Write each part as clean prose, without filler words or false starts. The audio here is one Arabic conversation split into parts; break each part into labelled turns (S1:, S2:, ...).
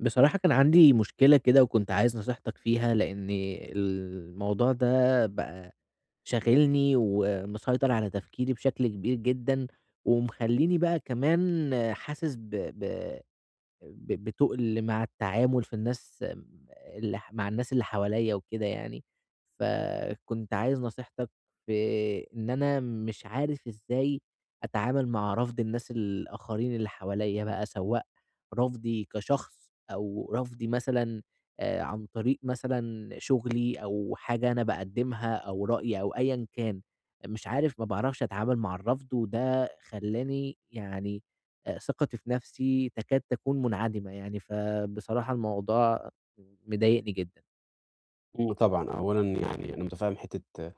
S1: بصراحة كان عندي مشكلة كده وكنت عايز نصيحتك فيها لأن الموضوع ده بقى شاغلني ومسيطر على تفكيري بشكل كبير جدا ومخليني بقى كمان حاسس ب... ب... ب بتُقل مع التعامل في الناس اللي ح مع الناس اللي حواليّا وكده يعني، فكنت عايز نصيحتك في إن أنا مش عارف إزاي أتعامل مع رفض الناس الآخرين اللي حواليّا بقى، سواء رفضي كشخص أو رفضي مثلًا عن طريق مثلًا شغلي أو حاجة أنا باقدّمها أو رأي أو أيًا كان، مش عارف ما باعرفش أتعامل مع الرفض وده خلّاني يعني ثقتي في نفسي تكاد تكون منعدمة يعني، فبصراحة الموضوع مضايقني جدًا.
S2: طبعًا، أولًا يعني أنا متفهم حتّة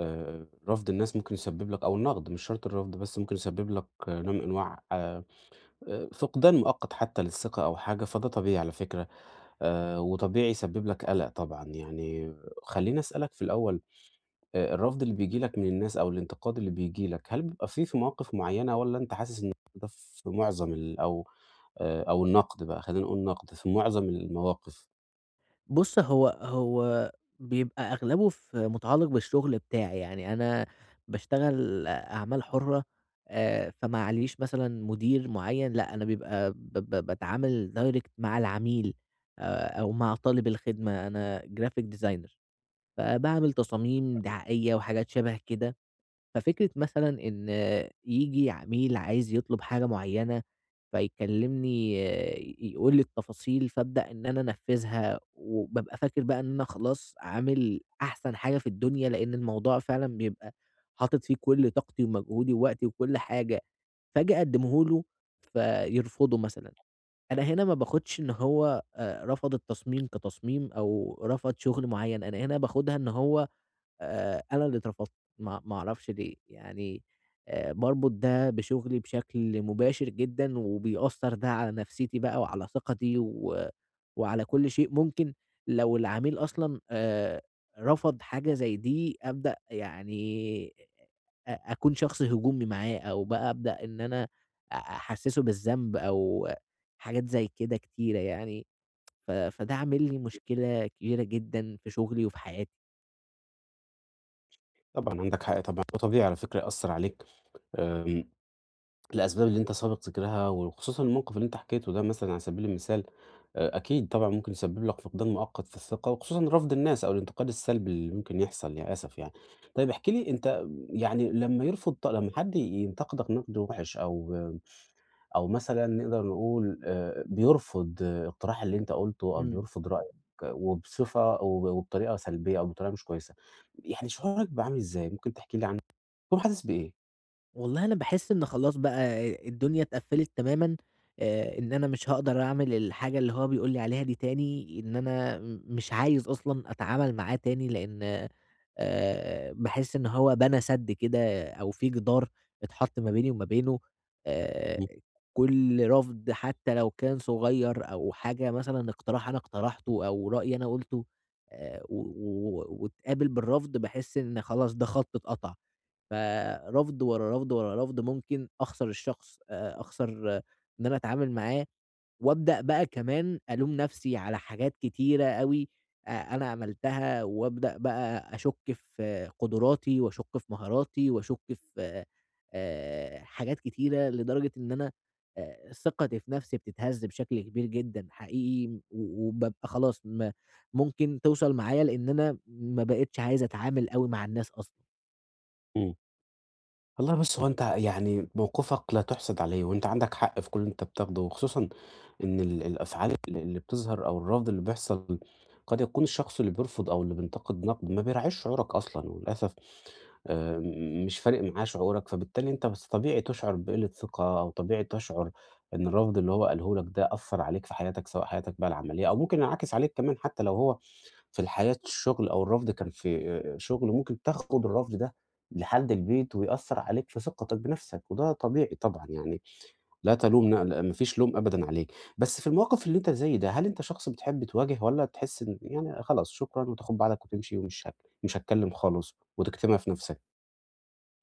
S2: رفض الناس ممكن يسبب لك، أو النقد مش شرط الرفض، بس ممكن يسبب لك نوع من أنواع فقدان مؤقت حتى للثقة أو حاجة. فده طبيعي على فكرة، وطبيعي يسبب لك قلق طبعًا يعني. خلّيني أسألك في الأول، الرفض اللي بييجي لك من الناس أو الانتقاد اللي بييجي لك، هل بيبقى في مواقف معيّنة، والّا أنت حاسس إن ده في معظم ال أو أو النقد بقى، خلّينا نقول نقد في معظم المواقف؟
S1: بُص، هو بيبقى أغلبه في مُتعلق بالشغل بتاعي، يعني أنا باشتغل أعمال حُرة، فما علييش مثلًا مدير معيّن، لأ أنا بيبقى ب ب باتعامل direct مع العميل، أو مع طالب الخدمة، أنا graphic designer فباعمل تصاميم دعائية وحاجات شبه كده. ففكرة مثلًا إن ييجي عميل عايز يطلب حاجة معيّنة، فيكلمني يقول لي التفاصيل، فابدأ إن أنا أنفذها، وبابقى فاكر بقى إن أنا خلاص عامل أحسن حاجة في الدنيا، لإن الموضوع فعلًا بيبقى حاطط فيه كل طاقتي ومجهودي ووقتي وكل حاجة، فآجي أقدمه له فيرفضه مثلًا، أنا هنا ما باخدش إن هو رفض التصميم كتصميم أو رفض شغل معيّن، أنا هنا باخدها إن هو أنا اللي اترفضت، ما أعرفش ليه، يعني باربط ده بشغلي بشكل مباشر جدًا، وبيأثّر ده على نفسيتي بقى وعلى ثقتي و وعلى كل شيء ممكن لو العميل أصلًا رفض حاجة زي دي أبدأ يعني أكون شخص هجومي معاه، أو بقى أبدأ إن أنا أحسّسه بالذنب أو حاجات زي كده كتيرة يعني، فده عامل لي مشكلة كبيرة جدًا في شغلي وفي حياتي.
S2: طبعًا عندك حق طبعًا، وطبيعي على فكرة يأثّر عليك. آمم الأسباب اللي أنت سابق ذكرها وخصوصًا الموقف اللي أنت حكيته ده مثلًا على سبيل المثال، أكيد طبعًا ممكن يسبب لك فقدان مؤقت في الثقة، وخصوصًا رفض الناس أو الانتقاد السلبي اللي ممكن يحصل للأسف يعني. طيب احكِ لي أنت، يعني لمّا يرفض ط لمّا حد ينتقدك نقد وِحِش، أو مثلًا نقدر نقول بيرفض، اقتراح اللي أنت قُلته، أو
S1: إمم.
S2: بيرفض رأيك وبصفة وب وبطريقة سلبية، أو بطريقة مش كويسة، يعني شعورك بيبقى عامل إزاي؟ ممكن تحكي لي عنه؟ بتكون حاسس بإيه؟
S1: والله أنا باحس إن خلاص بقى الدنيا اتقفّلت تمامًا، إن أنا مش هاقدر أعمل الحاجة اللي هو بيقول لي عليها دي تاني، إن أنا مش عايز أصلًا أتعامل معاه تاني، لإن باحس إن هو بنى سَد كده أو في جدار اتحط ما بيني وما بينه. آآ
S2: إمم.
S1: كل رفض حتى لو كان صغير أو حاجة مثلًا اقتراح أنا اقترحته أو رأي أنا قُلته، و و واتقابل بالرفض، باحس إن خلاص ده خَط اتقطع. فرفض ورا رفض ورا رفض ممكن أخسر الشخص، أخسر آه، إن أنا أتعامل معاه، وأبدأ بقى كمان ألوم نفسي على حاجات كتيرة أوي أنا عملتها، وأبدأ بقى أشُك في آه، قدراتي، وأشُك في مهاراتي، وأشُك في حاجات كتيرة، لدرجة إن أنا ثقتي في نفسي بتتهز بشكل كبير جدًا حقيقي، و وبابقى خلاص ممكن توصل معايا لإن أنا ما بقيتش عايز أتعامل أوي مع الناس أصلًا.
S2: إمم. والله بُص، هو أنت يعني موقفك لا تُحسَد عليه، وأنت عندك حق في كل اللي أنت بتاخده، وخصوصًا إن الأفعال اللي بتظهر أو الرفض اللي بيحصل قد يكون الشخص اللي بيرفض أو اللي بينتقد نقد ما بيراعيش شعورك أصلًا، وللأسف آآ مش فارق معاه شعورك، فبالتالي أنت بس طبيعي تشعر بقِلّة ثقة، أو طبيعي تشعر إن الرفض اللي هو قاله لك ده أثّر عليك في حياتك، سواء حياتك بقى العملية، أو ممكن ينعكس عليك كمان حتى لو هو في الحياة الشغل، أو الرفض كان في شغل، ممكن تاخد الرفض ده لحد البيت ويأثّر عليك في ثقتك بنَفْسك، وده طبيعي طبعًا يعني. لا تلوم ن ل ما فيش لوم أبدًا عليك، بس في المواقف اللي أنت زي ده، هل أنت شخص بتحب تواجه، والّا تحس إن يعني خلاص شكرًا وتاخُد بعضك وتمشي، ومش هت مش هاتكلّم خالص وتكتمها في نَفْسك؟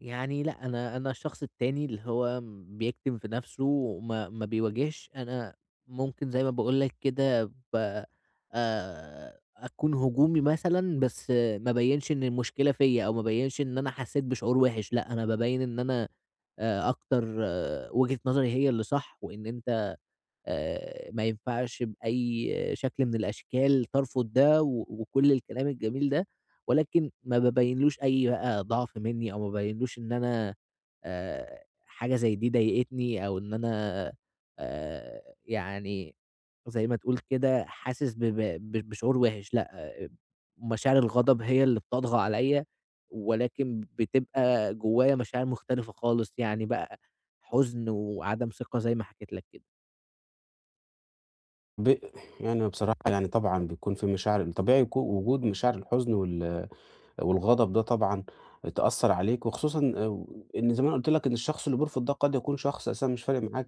S1: يعني لأ، أنا الشخص التاني اللي هو بيكتم في نَفْسه وما ما بيواجهش، أنا ممكن زي ما باقول لك كده ب أكون هجومي مثلًا، بس ما أبيّنش إن المشكلة فيّا أو ما أبيّنش إن أنا حسّيت بشعور وِحِش، لأ، أنا بابيّن إن أنا أكتر آه، وجهة نظري هي اللي صح وإن أنت ما ينفعش بأي شكل من الأشكال ترفض ده وكل الكلام الجميل ده، ولكن ما بابيّنلوش أي بقى ضعف منّي أو ما بابيّنلوش إن أنا حاجة زي دي ضايقتني أو إن أنا يعني زي ما تقول كده حاسس ب ب ب بشعور وِحِش لأ، آه، مشاعر الغضب هي اللي بتطغى عليَّ، ولكن بتبقى جوايا مشاعر مختلفة خالص يعني بقى حزن وعدم ثقة زي ما حكيت لك كده.
S2: ب يعني بصراحة يعني طبعًا بيكون في مشاعر، طبيعي وجود مشاعر الحزن والغضب ده طبعًا تأثّر عليك، وخصوصًا إن زي ما أنا قُلت لك إن الشخص اللي بيرفض ده قد يكون شخص أساسًا مش فارق معاه،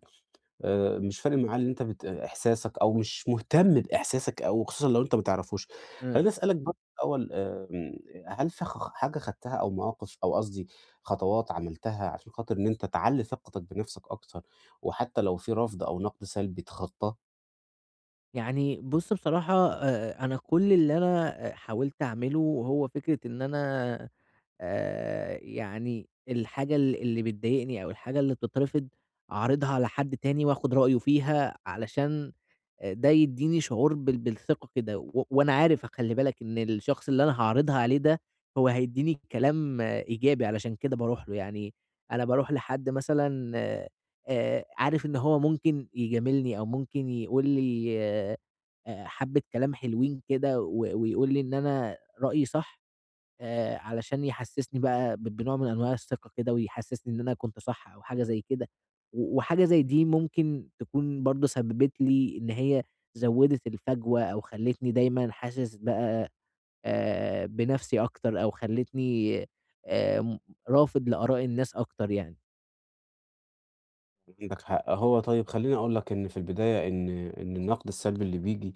S2: اللي أنت إحساسك، أو مش مهتم بإحساسك، أو خصوصًا لو أنت ما تعرفوش.
S1: إمم،
S2: خلّيني أسألك برضه الأول، هل في حاجة خدتها أو مواقف، أو قصدي خطوات عملتها عشان خاطر إن أنت تعلّي ثقتك بنفسك أكتر، وحتى لو في رفض أو نقد سلبي تتخطاه؟
S1: يعني بُص بصراحة أنا كل اللي أنا حاولت أعمله هو فكرة إن أنا يعني الحاجة اللي بتضايقني أو الحاجة اللي بتترفض، أعرضها على حد تاني وآخُد رأيه فيها علشان ده يدّيني شعور بالثقة كده وأنا عارف خلّي بالك إن الشخص اللي أنا هاعرضها عليه ده هو هيدّيني كلام آه، إيجابي علشان كده باروح له، يعني أنا باروح لحد مثلًا عارف إن هو ممكن يجاملني أو ممكن يقول لي حبّة كلام حلوين كده ويقول لي إن أنا رأيي صح، علشان يحسّسني بقى بنوع من أنواع الثقة كده ويحسّسني إن أنا كنت صح أو حاجة زي كده، وحاجة زي دي ممكن تكون برضه سبّبت لي إن هي زوّدت الفجوة أو خلّتني دايمًا حاسس بقى بنَفْسي أكتر أو خلّتني آمم رافض لآراء الناس أكتر يعني.
S2: عندك حق. هو طيب خلّيني أقول لك إن في البداية إن النقد السلبي اللي بييجي،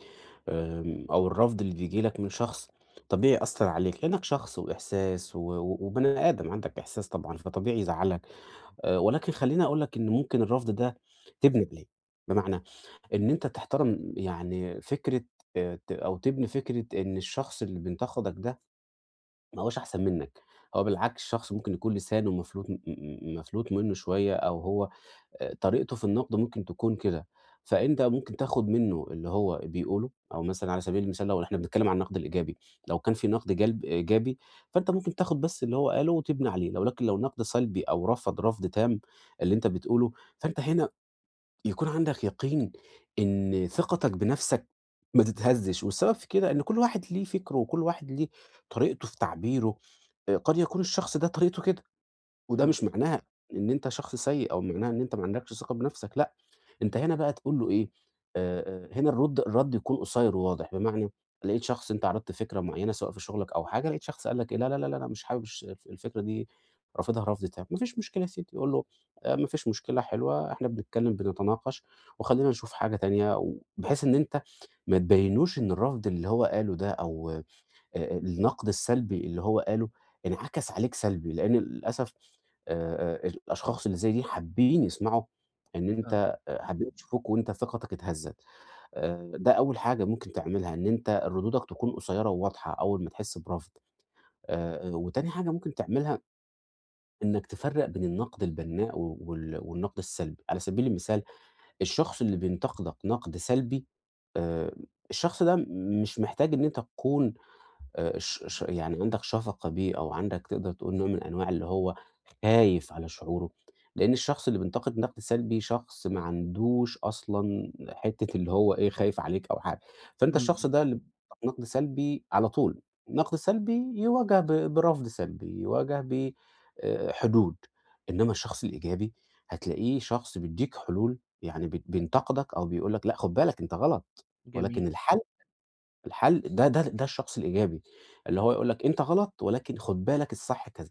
S2: أو الرفض اللي بييجي لك من شخص، طبيعي يأثّر عليك، لإنّك شخص وإحساس، و و وبني آدم عندك إحساس طبعًا، فطبيعي يزعّلك. ولكن خلّيني أقول لك إن ممكن الرفض ده تبني عليه، بمعنى إن أنت تحترم يعني فكرة، ت أو تبني فكرة إن الشخص اللي بينتقدك ده ما هوّاش أحسن منّك، هو بالعكس شخص ممكن يكون لسانه مفلوت، م م مفلوت منّه شوية، أو هو طريقته في النقد ممكن تكون كده، فأنت ممكن تاخُد منّه اللي هو بيقوله، أو مثلًا على سبيل المثال لو إحنا بنتكلّم عن النقد الإيجابي، لو كان في نقد جلب إيجابي فأنت ممكن تاخُد بس اللي هو قاله وتبني عليه. لكن لو نقد سلبي، أو رفض رفض تام اللي أنت بتقوله، فأنت هنا يكون عندك يقين إن ثقتك بنَفْسك ما تتهزّش، والسبب في كده إن كل واحد ليه فكره وكل واحد ليه طريقته في تعبيره، قد يكون الشخص ده طريقته كده، وده
S1: إمم،
S2: مش معناها إن أنت شخص سيء، أو معناها إن أنت ما عندكش ثقة بنفسك، لأ، أنت هنا بقى تقول له إيه. هنا الرد يكون قصير وواضح، بمعنى لقيت شخص، أنت عرضت فكرة معينة سواء في شغلك أو حاجة، لقيت شخص قال لك إيه: لا، لا، لا، لا، أنا مش حابب الفكرة دي، رافضها رفض تام. ما فيش مشكلة يا سيدي، قُل له: ما فيش مشكلة حلوة، إحنا بنتكلم بنتناقش، وخلّينا نشوف حاجة تانية، وبحيث إن أنت ما تبينوش إن الرفض اللي هو قاله ده، أو النقد السلبي اللي هو قاله انعكس عليك سلبي، لإن للأسف آآ الأشخاص اللي زي دي حابين يسمعوا، إن
S1: آه،
S2: أنت حابين يشوفوك وأنت ثقتك اتهزّت. ده أول حاجة ممكن تعملها، إن أنت ردودك تكون قصيّرة وواضحة أول ما تحس برفض. وتاني حاجة ممكن تعملها إنك تفرّق بين النقد البناء و وال والنقد السلبي. على سبيل المثال، الشخص اللي بينتقدك نقد سلبي، آآ الشخص ده مش محتاج إن أنت تكون ش ش يعني عندك شفقة بيه، أو عندك تقدر تقول نوع من أنواع اللي هو خايف على شعوره، لإن الشخص اللي بينتقد نقد سلبي شخص ما عندوش أصلًا حتة اللي هو إيه، خايف عليك أو حاجة. فأنت
S1: إمم،
S2: الشخص
S1: إمم،
S2: ده اللي بينتقدك نقد سلبي على طول، نقد سلبي يواجه برفض سلبي، يواجه ب حدود، إنما الشخص الإيجابي هتلاقيه شخص بيدّيك حلول، يعني بينتقدك أو بيقول لك: لأ، خُد بالك أنت غلط،
S1: جميل.
S2: ولكن الحل ده الشخص الإيجابي، اللي هو يقول لك أنت غلط، ولكن خُد بالك الصح كذا،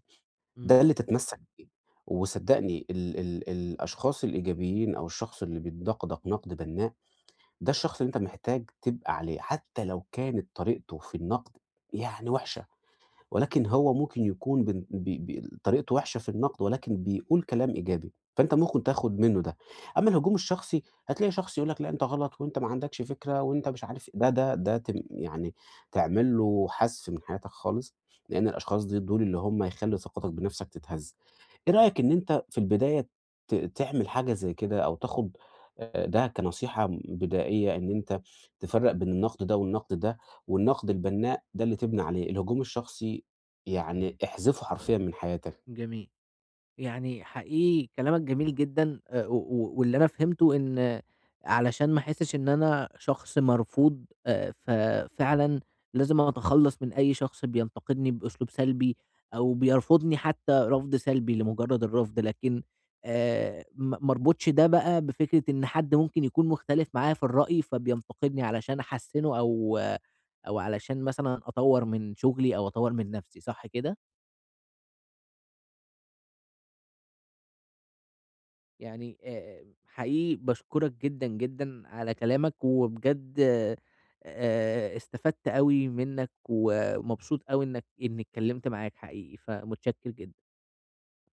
S1: إمم،
S2: ده اللي تتمسّك بيه. وصدّقني ال ال الأشخاص الإيجابيين أو الشخص اللي بيتدقدق نقد بنّاء، ده الشخص اللي أنت محتاج تبقى عليه، حتى لو كانت طريقته في النقد يعني وِحشة. ولكن هو ممكن يكون بن بي بي طريقته وِحشة في النقد، ولكن بيقول كلام إيجابي، فأنت ممكن تاخد منه ده. أمّا الهجوم الشخصي، هتلاقي شخص يقول لك: "لأ، أنت غلط، وأنت ما عندكش فكرة، وأنت مش عارف" إيه. ده تم يعني تعمل له حذف من حياتك خالص، لإن الأشخاص دي دول اللي هم يخلّوا ثقتك بنَفْسك تتهز. إيه رأيك إن أنت في البداية تعمل حاجة زي كده، أو تاخد ده كنصيحة بدائية، إن أنت تفرّق بين النقد ده والنقد ده، والنقد البناء ده اللي تبني عليه، الهجوم الشخصي يعني احذفه حرفيًا من حياتك.
S1: جميل. يعني حقيقي كلامك جميل جدًا، و و واللي أنا فهمته إن آه، علشان ما أحسّش إن أنا شخص مرفوض، ففعلًا لازم أتخلّص من أي شخص بينتقدني بأسلوب سلبي أو بيرفضني حتى رفض سلبي لمجرد الرفض، لكن ما ما اربطش ده بقى بفكرة إن حد ممكن يكون مختلف معايا في الرأي فبينتقدني علشان أحسّنه أو أو علشان مثلًا أطوّر من شغلي أو أطوّر من نَفْسي، صح كده؟ يعني حقيقي باشكرك جدًا، جدًا على كلامك، وبجد استفدت أوي منّك، ومبسوط أوي إنّك إنّي اتكلّمت معاك حقيقي، فمتشكّر جدًا.